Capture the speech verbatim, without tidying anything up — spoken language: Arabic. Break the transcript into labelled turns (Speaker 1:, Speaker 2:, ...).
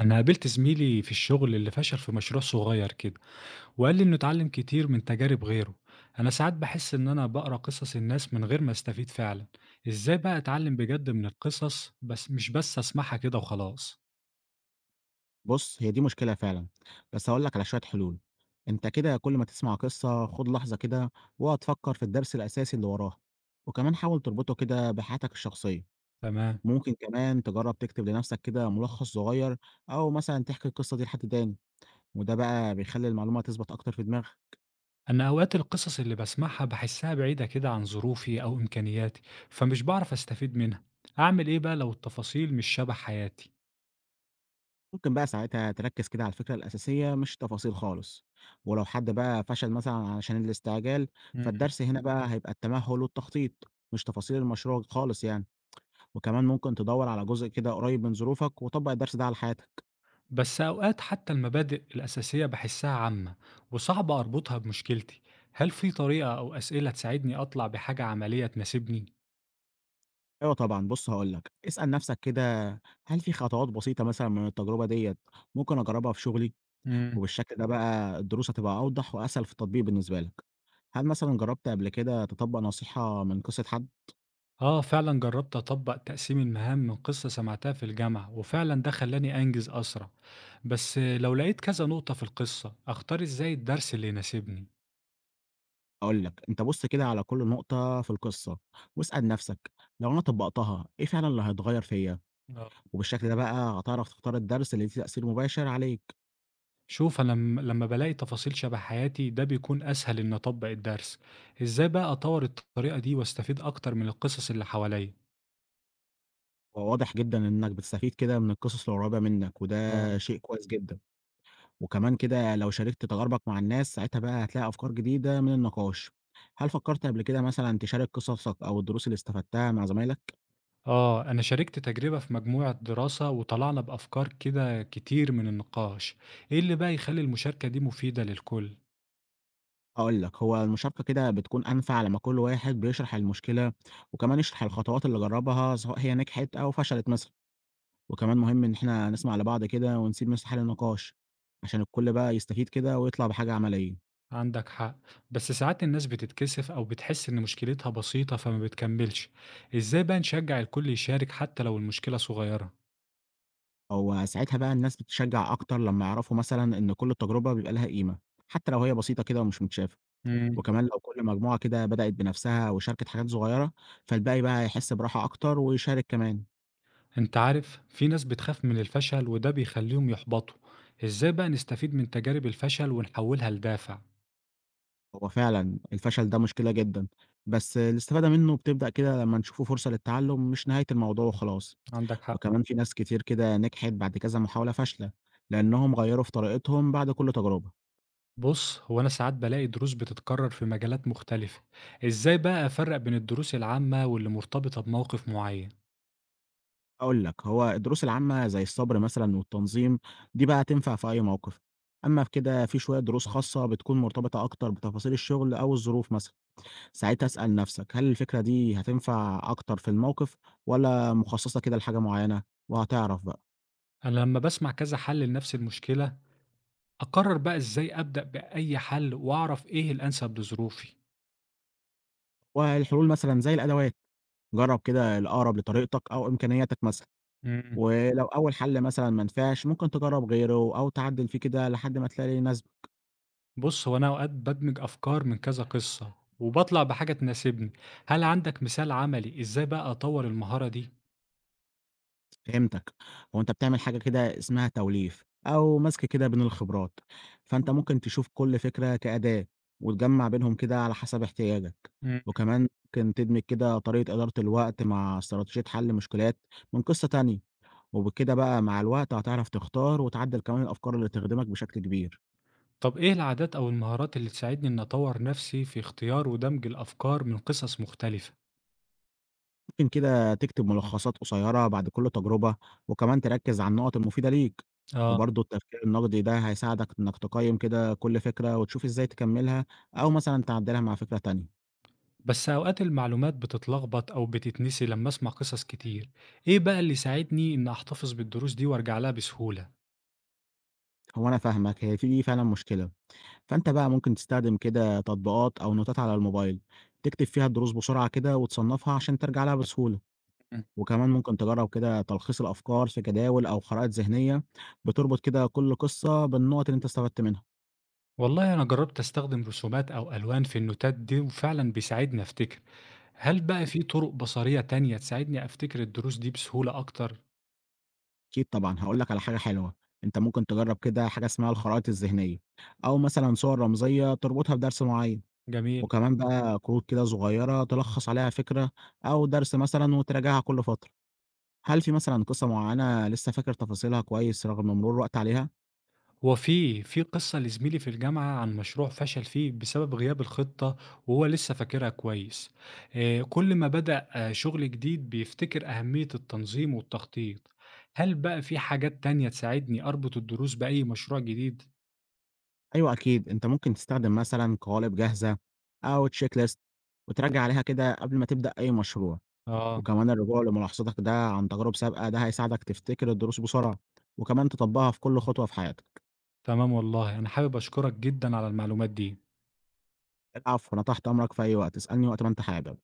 Speaker 1: أنا قابلت زميلي في الشغل اللي فشل في مشروع صغير كده وقال لي إنه اتعلم كتير من تجارب غيره، أنا ساعات بحس إن أنا بقرأ قصص الناس من غير ما أستفيد فعلا، إزاي بقى أتعلم بجد من القصص بس مش بس أسمعها كده وخلاص؟
Speaker 2: بُص، هي دي مشكلة فعلًا، بس هاقول لك على شوية حلول. أنت كده كل ما تسمع قصة خُد لحظة كده واقعد فكّر في الدرس الأساسي اللي وراها، وكمان حاول تربطه كده بحياتك الشخصية.
Speaker 1: تمام،
Speaker 2: ممكن كمان تجرّب تكتب لنفسك كده ملخص صغير أو مثلًا تحكي القصة دي لحد تاني، وده بقى بيخلّي المعلومة تثبت أكتر في دماغك.
Speaker 1: أنا أوقات القصص اللي بسمعها بحسها بعيدة كده عن ظروفي أو إمكانياتي، فمش بعرف أستفيد منها، أعمل إيه بقى لو التفاصيل مش شبه حياتي؟
Speaker 2: ممكن بقى ساعتها تركّز كده على الفكرة الأساسية مش تفاصيل خالص، ولو حد بقى فشل مثلًا علشان الاستعجال، فالدرس هنا بقى هيبقى التمهّل والتخطيط مش تفاصيل المشروع خالص يعني. وكمان ممكن تدور على جزء كده قريب من ظروفك وطبق الدرس ده على حياتك.
Speaker 1: بس أوقات حتى المبادئ الأساسية بحسها عامة وصعب أربطها بمشكلتي، هل في طريقة أو أسئلة تساعدني أطلع بحاجة عملية تناسبني؟
Speaker 2: ايوه طبعا، بص هقول لك، اسال نفسك كده، هل في خطوات بسيطه مثلا من التجربه ديت ممكن اجربها في شغلي؟
Speaker 1: امم.
Speaker 2: وبالشكل ده بقى الدروس هتبقى اوضح واسهل في التطبيق بالنسبه لك. هل مثلا جربت قبل كده تطبق نصيحه من قصه حد؟
Speaker 1: آه، فعلا جربت أطبق تقسيم المهام من قصة سمعتها في الجامعة وفعلا ده خلاني أنجز أسرع. بس لو لقيت كذا نقطة في القصة أختار إزاي الدرس اللي يناسبني؟
Speaker 2: اقول لك، انت بص كده على كل نقطه في القصه واسال نفسك، لو انا طبقتها ايه فعلا اللي هيتغير فيا؟
Speaker 1: اه.
Speaker 2: وبالشكل ده بقى هتعرف تختار الدرس اللي ليه تاثير مباشر عليك.
Speaker 1: شوف، أنا لما لما بلاقي تفاصيل شبه حياتي ده بيكون أسهل إن أطبق الدرس. إزاي بقى أطور الطريقة دي وأستفيد أكتر من القصص اللي حواليا؟
Speaker 2: هو واضح جدًا إنك بتستفيد كده من القصص القريبة منك،
Speaker 1: آه.
Speaker 2: وده شيء كويس جدًا، وكمان كده لو شاركت تجاربك مع الناس ساعتها بقى هتلاقي أفكار جديدة من النقاش. هل فكرت قبل كده مثلًا تشارك قصصك أو الدروس اللي استفدتها مع زمايلك؟
Speaker 1: آه، أنا شاركت تجربة في مجموعة دراسة وطلعنا بأفكار كده كتير من النقاش، إيه اللي بقى يخلي المشاركة دي مفيدة للكل؟
Speaker 2: هاقول لك، هو المشاركة كده بتكون أنفع لما كل واحد بيشرح المشكلة، وكمان يشرح الخطوات اللي جربها سواء هي نجحت أو فشلت مثلًا، وكمان مهم إن إحنا نسمع لبعض كده ونسيب مساحة للنقاش، عشان الكل بقى يستفيد كده ويطلع بحاجة عملية.
Speaker 1: عندك حق، بس ساعات الناس بتتكسف أو بتحس إن مشكلتها بسيطة فما بتكملش، إزاي بقى نشجع الكل يشارك حتى لو المشكلة صغيرة؟
Speaker 2: هو ساعتها بقى الناس بتشجّع أكتر لمّا يعرفوا مثلًا إن كل تجربة بيبقى لها قيمة، حتى لو هي بسيطة كده ومش متشافة،
Speaker 1: مم.
Speaker 2: وكمان لو كل مجموعة كده بدأت بنفسها وشاركت حاجات صغيرة، فالباقي بقى هيحس براحة أكتر ويشارك كمان.
Speaker 1: أنت عارف في ناس بتخاف من الفشل وده بيخليهم يحبطوا، إزاي بقى نستفيد من تجارب الفشل ونحولها لدافع؟
Speaker 2: هو فعلًا الفشل ده مشكلة جدًا، بس الاستفادة منه بتبدأ كده لمّا نشوفه فرصة للتعلم مش نهاية الموضوع وخلاص.
Speaker 1: عندك حق.
Speaker 2: وكمان في ناس كتير كده نجحت بعد كذا محاولة فاشلة، لإنهم غيّروا في طريقتهم بعد كل تجربة.
Speaker 1: بص، هو أنا ساعات بلاقي دروس بتتكرر في مجالات مختلفة، إزاي بقى أفرق بين الدروس العامة واللي مرتبطة بموقف معين؟
Speaker 2: هاقول لك، هو الدروس العامة زي الصبر مثلًا والتنظيم، دي بقى تنفع في أي موقف، أمّا في كده في شوية دروس خاصة بتكون مرتبطة أكتر بتفاصيل الشغل أو الظروف مثلًا، ساعتها اسأل نفسك هل الفكرة دي هتنفع أكتر في الموقف والّا مخصصة كده لحاجة معينة؟ وهتعرف بقى.
Speaker 1: أنا لما بسمع كذا حل لنفس المشكلة، أقرر بقى إزاي أبدأ بأي حل وأعرف إيه الأنسب لظروفي.
Speaker 2: والحلول مثلًا زي الأدوات، جرّب كده الأقرب لطريقتك أو إمكانياتك مثلًا،
Speaker 1: مم.
Speaker 2: ولو أول حل مثلًا ما نفعش ممكن تجرّب غيره أو تعدّل فيه كده لحد ما تلاقي اللي يناسبك.
Speaker 1: بص، هو أنا أوقات بدمج أفكار من كذا قصة وبطلع بحاجة تناسبني، هل عندك مثال عملي إزاي بقى أطور المهارة دي؟
Speaker 2: فهمتك، هو أنت بتعمل حاجة كده اسمها توليف، أو مسك كده بين الخبرات، فأنت إمم. ممكن تشوف كل فكرة كأداة، وتجمّع بينهم كده على حسب احتياجك،
Speaker 1: مم.
Speaker 2: وكمان ممكن تدمج كده طريقة إدارة الوقت مع استراتيجية حل مشكلات من قصة تانية، وبكده بقى مع الوقت هتعرف تختار وتعدّل كمان الأفكار اللي تخدمك بشكل كبير.
Speaker 1: طب إيه العادات أو المهارات اللي تساعدني إن أطور نفسي في اختيار ودمج الأفكار من قصص مختلفة؟
Speaker 2: ممكن كده تكتب ملخصات قصيرة بعد كل تجربة، وكمان تركز على النقط المفيدة ليك.
Speaker 1: آه،
Speaker 2: وبرضه التفكير النقدي ده هيساعدك إنك تقيم كده كل فكرة وتشوف إزاي تكملها أو مثلا تعدلها مع فكرة تانية.
Speaker 1: بس أوقات المعلومات بتتلخبط أو بتتنسي لما أسمع قصص كتير، إيه بقى اللي يساعدني إن أحتفظ بالدروس دي وأرجع لها بسهولة؟
Speaker 2: هو أنا فاهمك، هي في دي فعلا مشكلة. فأنت بقى ممكن تستخدم كده تطبيقات أو نوتات على الموبايل تكتب فيها الدروس بسرعة كده وتصنفها عشان ترجع لها بسهولة.
Speaker 1: مم.
Speaker 2: وكمان ممكن تجرب كده تلخيص الأفكار في جداول أو خرائط ذهنية بتربط كده كل قصة بالنقط اللي أنت استفدت منها.
Speaker 1: والله أنا جربت أستخدم رسومات أو ألوان في النوتات دي وفعلا بيساعدني أفتكر، هل بقى في طرق بصرية تانية تساعدني أفتكر الدروس دي بسهولة أكتر؟
Speaker 2: أكيد طبعًا، هاقول لك على حاجة حلوة، أنت ممكن تجرّب كده حاجة اسمها الخرائط الذهنية، أو مثلًا صور رمزية تربطها بدرس معيّن،
Speaker 1: جميل.
Speaker 2: وكمان بقى كروت كده صغيّرة تلخّص عليها فكرة أو درس مثلًا وتراجعها كل فترة. هل في مثلًا قصة معيّنة لسه فاكر تفاصيلها كويس رغم مرور الوقت عليها؟
Speaker 1: هو في في قصة لزميلي في الجامعة عن مشروع فشل فيه بسبب غياب الخطة وهو لسه فاكرها كويس. آه، كل ما بدأ آه، شغل جديد بيفتكر أهمية التنظيم والتخطيط. هل بقى في حاجات تانية تساعدني أربط الدروس بأي مشروع جديد؟
Speaker 2: أيوه أكيد، أنت ممكن تستخدم مثلًا قوالب جاهزة أو check list وتراجع عليها كده قبل ما تبدأ أي مشروع،
Speaker 1: آه،
Speaker 2: وكمان الرجوع لملاحظاتك ده عن تجارب سابقة ده هيساعدك تفتكر الدروس بسرعة، وكمان تطبّقها في كل خطوة في حياتك.
Speaker 1: تمام، والله أنا حابب أشكرك جدا على المعلومات دي.
Speaker 2: العفو، أنا تحت أمرك في أي وقت، اسألني وقت ما أنت حابب.